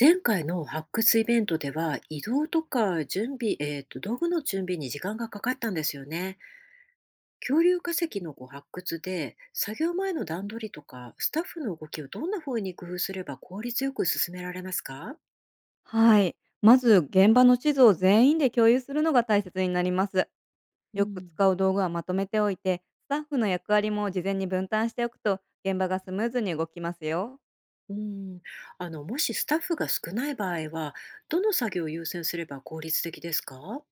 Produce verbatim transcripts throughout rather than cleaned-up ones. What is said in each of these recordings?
前回の発掘イベントでは移動とか準備、えーと道具の準備に時間がかかったんですよね。恐竜化石のこう発掘で作業前の段取りとかスタッフの動きをどんな風に工夫すれば効率よく進められますか？はい。まず現場の地図を全員で共有するのが大切になります。うよくん、使う道具はまとめておいて、スタッフの役割も事前に分担しておくと、現場がスムーズに動きますよ。うん、あのもしスタッフが少ない場合はどの作業を優先すれば効率的ですか？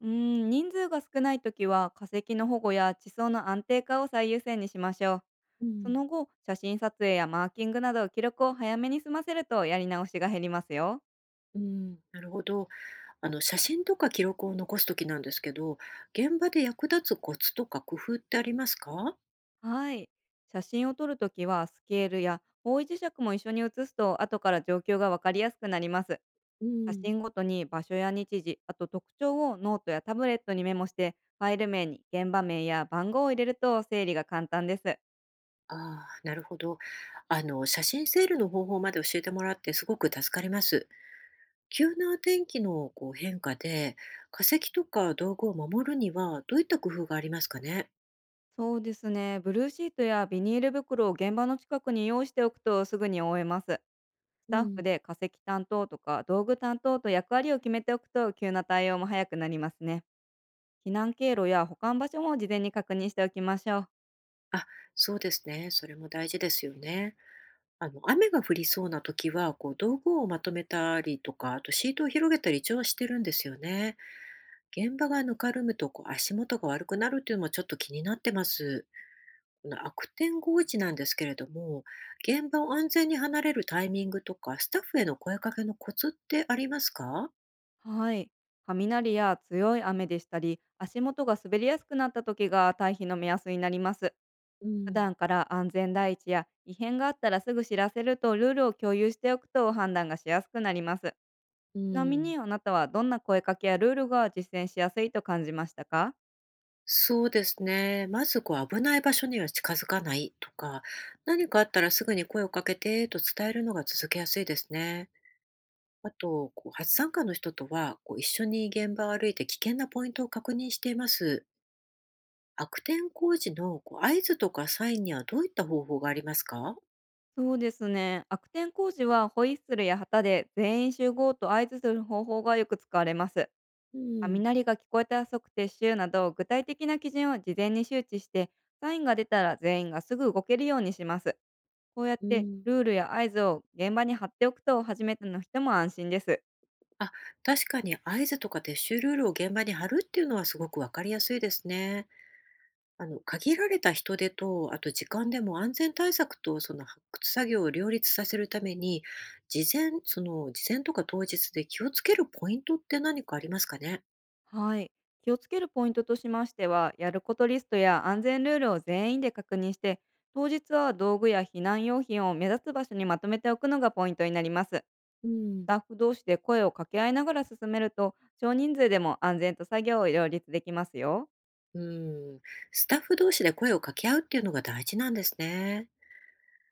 うーん、人数が少ないときは化石の保護や地層の安定化を最優先にしましょう。うそん、の後、写真撮影やマーキングなど記録を早めに済ませるとやり直しが減りますよ。うん、なるほど。あの、写真とか記録を残すときなんですけど、現場で役立つコツとか工夫ってありますか？はい。写真を撮るときはスケールや方位磁石も一緒に写すと後から状況がわかりやすくなります。う写ん。真ごとに場所や日時、あと特徴をノートやタブレットにメモして、ファイル名に現場名や番号を入れると整理が簡単です。ああ、なるほど。あの、写真セールの方法まで教えてもらってすごく助かります。急な天気のこう変化で化石とか道具を守るにはどういった工夫がありますかね。そうですね。ブルーシートやビニール袋を現場の近くに用意しておくとすぐに終えます。スうタッフん。で化石担当とか道具担当と役割を決めておくと急な対応も早くなりますね。避難経路や保管場所も事前に確認しておきましょう。あ、そうですね。それも大事ですよね。あの、雨が降りそうな時は、こう、道具をまとめたりとか、あとシートを広げたり一応はしてるんですよね。現場がぬかるむと、こう、足元が悪くなるっていうのもちょっと気になってます。この悪天候一なんですけれども、現場を安全に離れるタイミングとか、スタッフへの声かけのコツってありますか？はい。雷や強い雨でしたり、足元が滑りやすくなった時が退避の目安になります。う普ん、段から安全第一や異変があったらすぐ知らせるとルールを共有しておくと判断がしやすくなります。うちなみん、にあなたはどんな声かけやルールが実践しやすいと感じましたか？そうですね。まずこう危ない場所には近づかないとか、何かあったらすぐに声をかけてと伝えるのが続けやすいですね。あと、こう初参加の人とはこう一緒に現場を歩いて危険なポイントを確認しています。悪天候時のこう合図とかサインにはどういった方法がありますか？そうですね。悪天工事はホイッスルや旗で全員集合と合図する方法がよく使われます。うん、雷が聞こえたら即撤収など具体的な基準を事前に周知して、サインが出たら全員がすぐ動けるようにします。こうやっうてん。ルールや合図を現場に貼っておくと初めての人も安心です。あ、確かに合図とか撤収ルールを現場に貼るっていうのはすごくわかりやすいですね。あの、限られた人手と、あと時間でも安全対策とその発掘作業を両立させるために、事前、その事前とか当日で気をつけるポイントって何かありますかね？はい。気をつけるポイントとしましては、やることリストや安全ルールを全員で確認して、当日は道具や避難用品を目立つ場所にまとめておくのがポイントになります。スうん、タッフ同士で声を掛け合いながら進めると、少人数でも安全と作業を両立できますよ。うん、スタッフ同士で声を掛け合うっていうのが大事なんですね。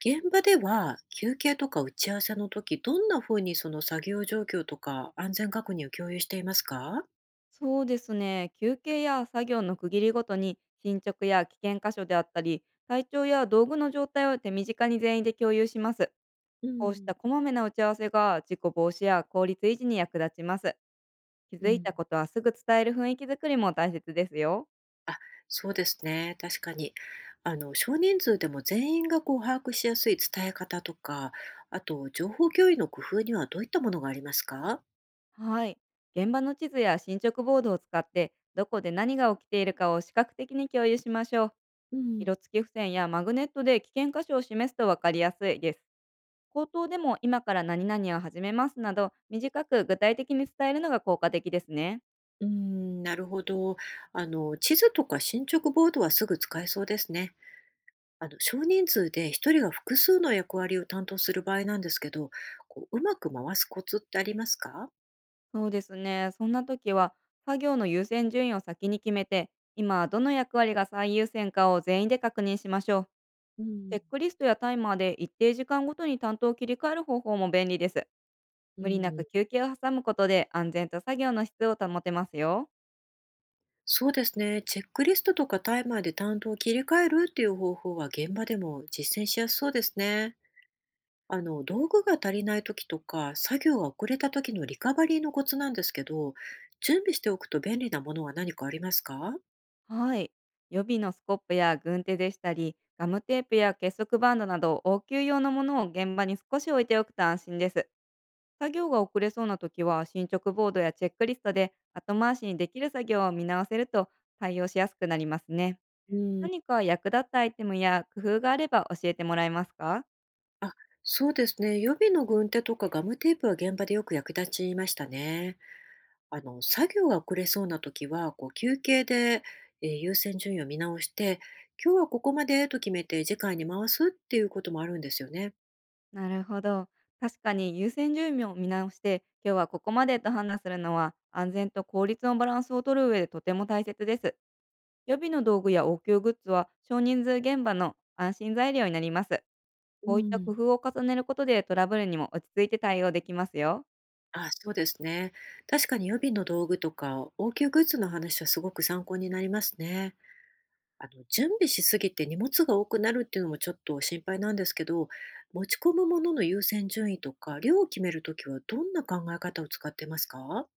現場では休憩とか打ち合わせの時、どんな風にその作業状況とか安全確認を共有していますか？そうですね。休憩や作業の区切りごとに進捗や危険箇所であったり、体調や道具の状態を手短に全員で共有します。うこうしん、たこまめな打ち合わせが事故防止や効率維持に役立ちます。気うづいん、たことはすぐ伝える雰囲気づくりも大切ですよ。そうですね。確かに。あの、少人数でも全員がこう把握しやすい伝え方とか、あと情報共有の工夫にはどういったものがありますか？はい。現場の地図や進捗ボードを使って、どこで何が起きているかを視覚的に共有しましょう。うん、色付き付箋やマグネットで危険箇所を示すと分かりやすいです。口頭でも今から何々を始めますなど、短く具体的に伝えるのが効果的ですね。うーん、なるほど。あの、地図とか進捗ボードはすぐ使えそうですね。あの、少人数で一人が複数の役割を担当する場合なんですけど、こう、うまく回すコツってありますか？そうですね。そんな時は、作業の優先順位を先に決めて、今どの役割が最優先かを全員で確認しましょう。うチェん、ックリストやタイマーで一定時間ごとに担当を切り替える方法も便利です。う無理なくん、休憩を挟むことで安全と作業の質を保てますよ。そうですね。チェックリストとかタイマーで担当を切り替えるっていう方法は現場でも実践しやすそうですね。あの、道具が足りない時とか、作業が遅れた時のリカバリーのコツなんですけど、準備しておくと便利なものは何かありますか？はい。予備のスコップや軍手でしたり、ガムテープや結束バンドなど応急用のものを現場に少し置いておくと安心です。作業が遅れそうな時は進捗ボードやチェックリストで後回しにできる作業を見直せると対応しやすくなりますね。うん、何か役立ったアイテムや工夫があれば教えてもらえますか？あ、そうですね。予備の軍手とかガムテープは現場でよく役立ちましたね。あの、作業が遅れそうな時は、こう休憩で、えー優先順位を見直して、今日はここまでと決めて次回に回すっていうこともあるんですよね。なるほど。確かに優先順位を見直して、今日はここまでと判断するのは、安全と効率のバランスを取る上でとても大切です。予備の道具や応急グッズは少人数現場の安心材料になります。うこういった工ん。夫を重ねることでトラブルにも落ち着いて対応できますよ。あ、そうですね。確かに予備の道具とか応急グッズの話はすごく参考になりますね。あの、準備しすぎて荷物が多くなるっていうのもちょっと心配なんですけど、持ち込むものの優先順位とか量を決めるときはどんな考え方を使ってますか？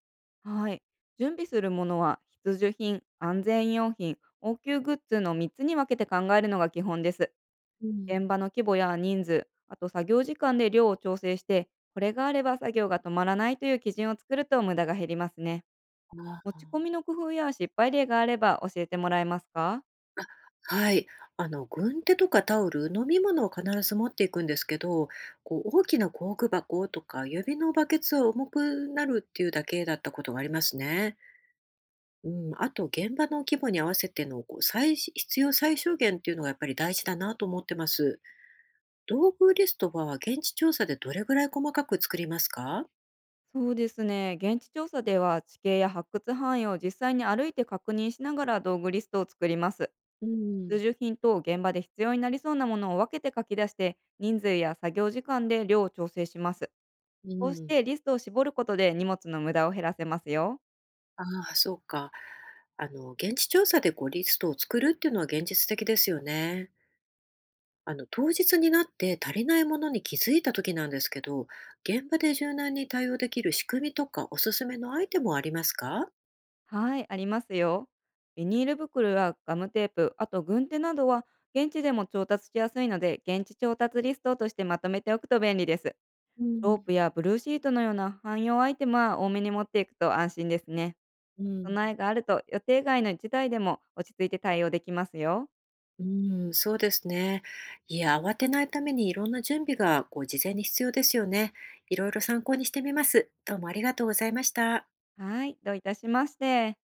はい。準備するものは必需品、安全用品、応急グッズのみっつに分けて考えるのが基本です。うん、現場の規模や人数、あと作業時間で量を調整して、これがあれば作業が止まらないという基準を作ると無駄が減りますね。あ、持ち込みあの工夫や失敗例があれば教えてもらえますか？あ、はい。あの、軍手とかタオル、飲み物を必ず持っていくんですけど、こう大きな工具箱とか指のバケツは重くなるっていうだけだったことがありますね。うん、あと現場の規模に合わせてのこう最必要最小限っていうのがやっぱり大事だなと思ってます。道具リストは現地調査でどれぐらい細かく作りますか？そうですね。現地調査では地形や発掘範囲を実際に歩いて確認しながら道具リストを作ります。う数ん、需品と現場で必要になりそうなものを分けて書き出して、人数や作業時間で量を調整します。うこうしん。てリストを絞ることで荷物の無駄を減らせますよ。ああ、そうか。あの、現地調査でこうリストを作るっていうのは現実的ですよね。あの、当日になって足りないものに気づいた時なんですけど、現場で柔軟に対応できる仕組みとかおすすめのアイテムはありますか？はい、ありますよ。ビニール袋やガムテープ、あと軍手などは現地でも調達しやすいので、現地調達リストとしてまとめておくと便利です。うローん、プやブルーシートのような汎用アイテムは多めに持っていくと安心ですね。うん、備えがあると予定外の事態でも落ち着いて対応できますよ。うん、そうですね。いや、慌てないためにいろんな準備がこう事前に必要ですよね。いろいろ参考にしてみます。どうもありがとうございました。はい、どういたしまして。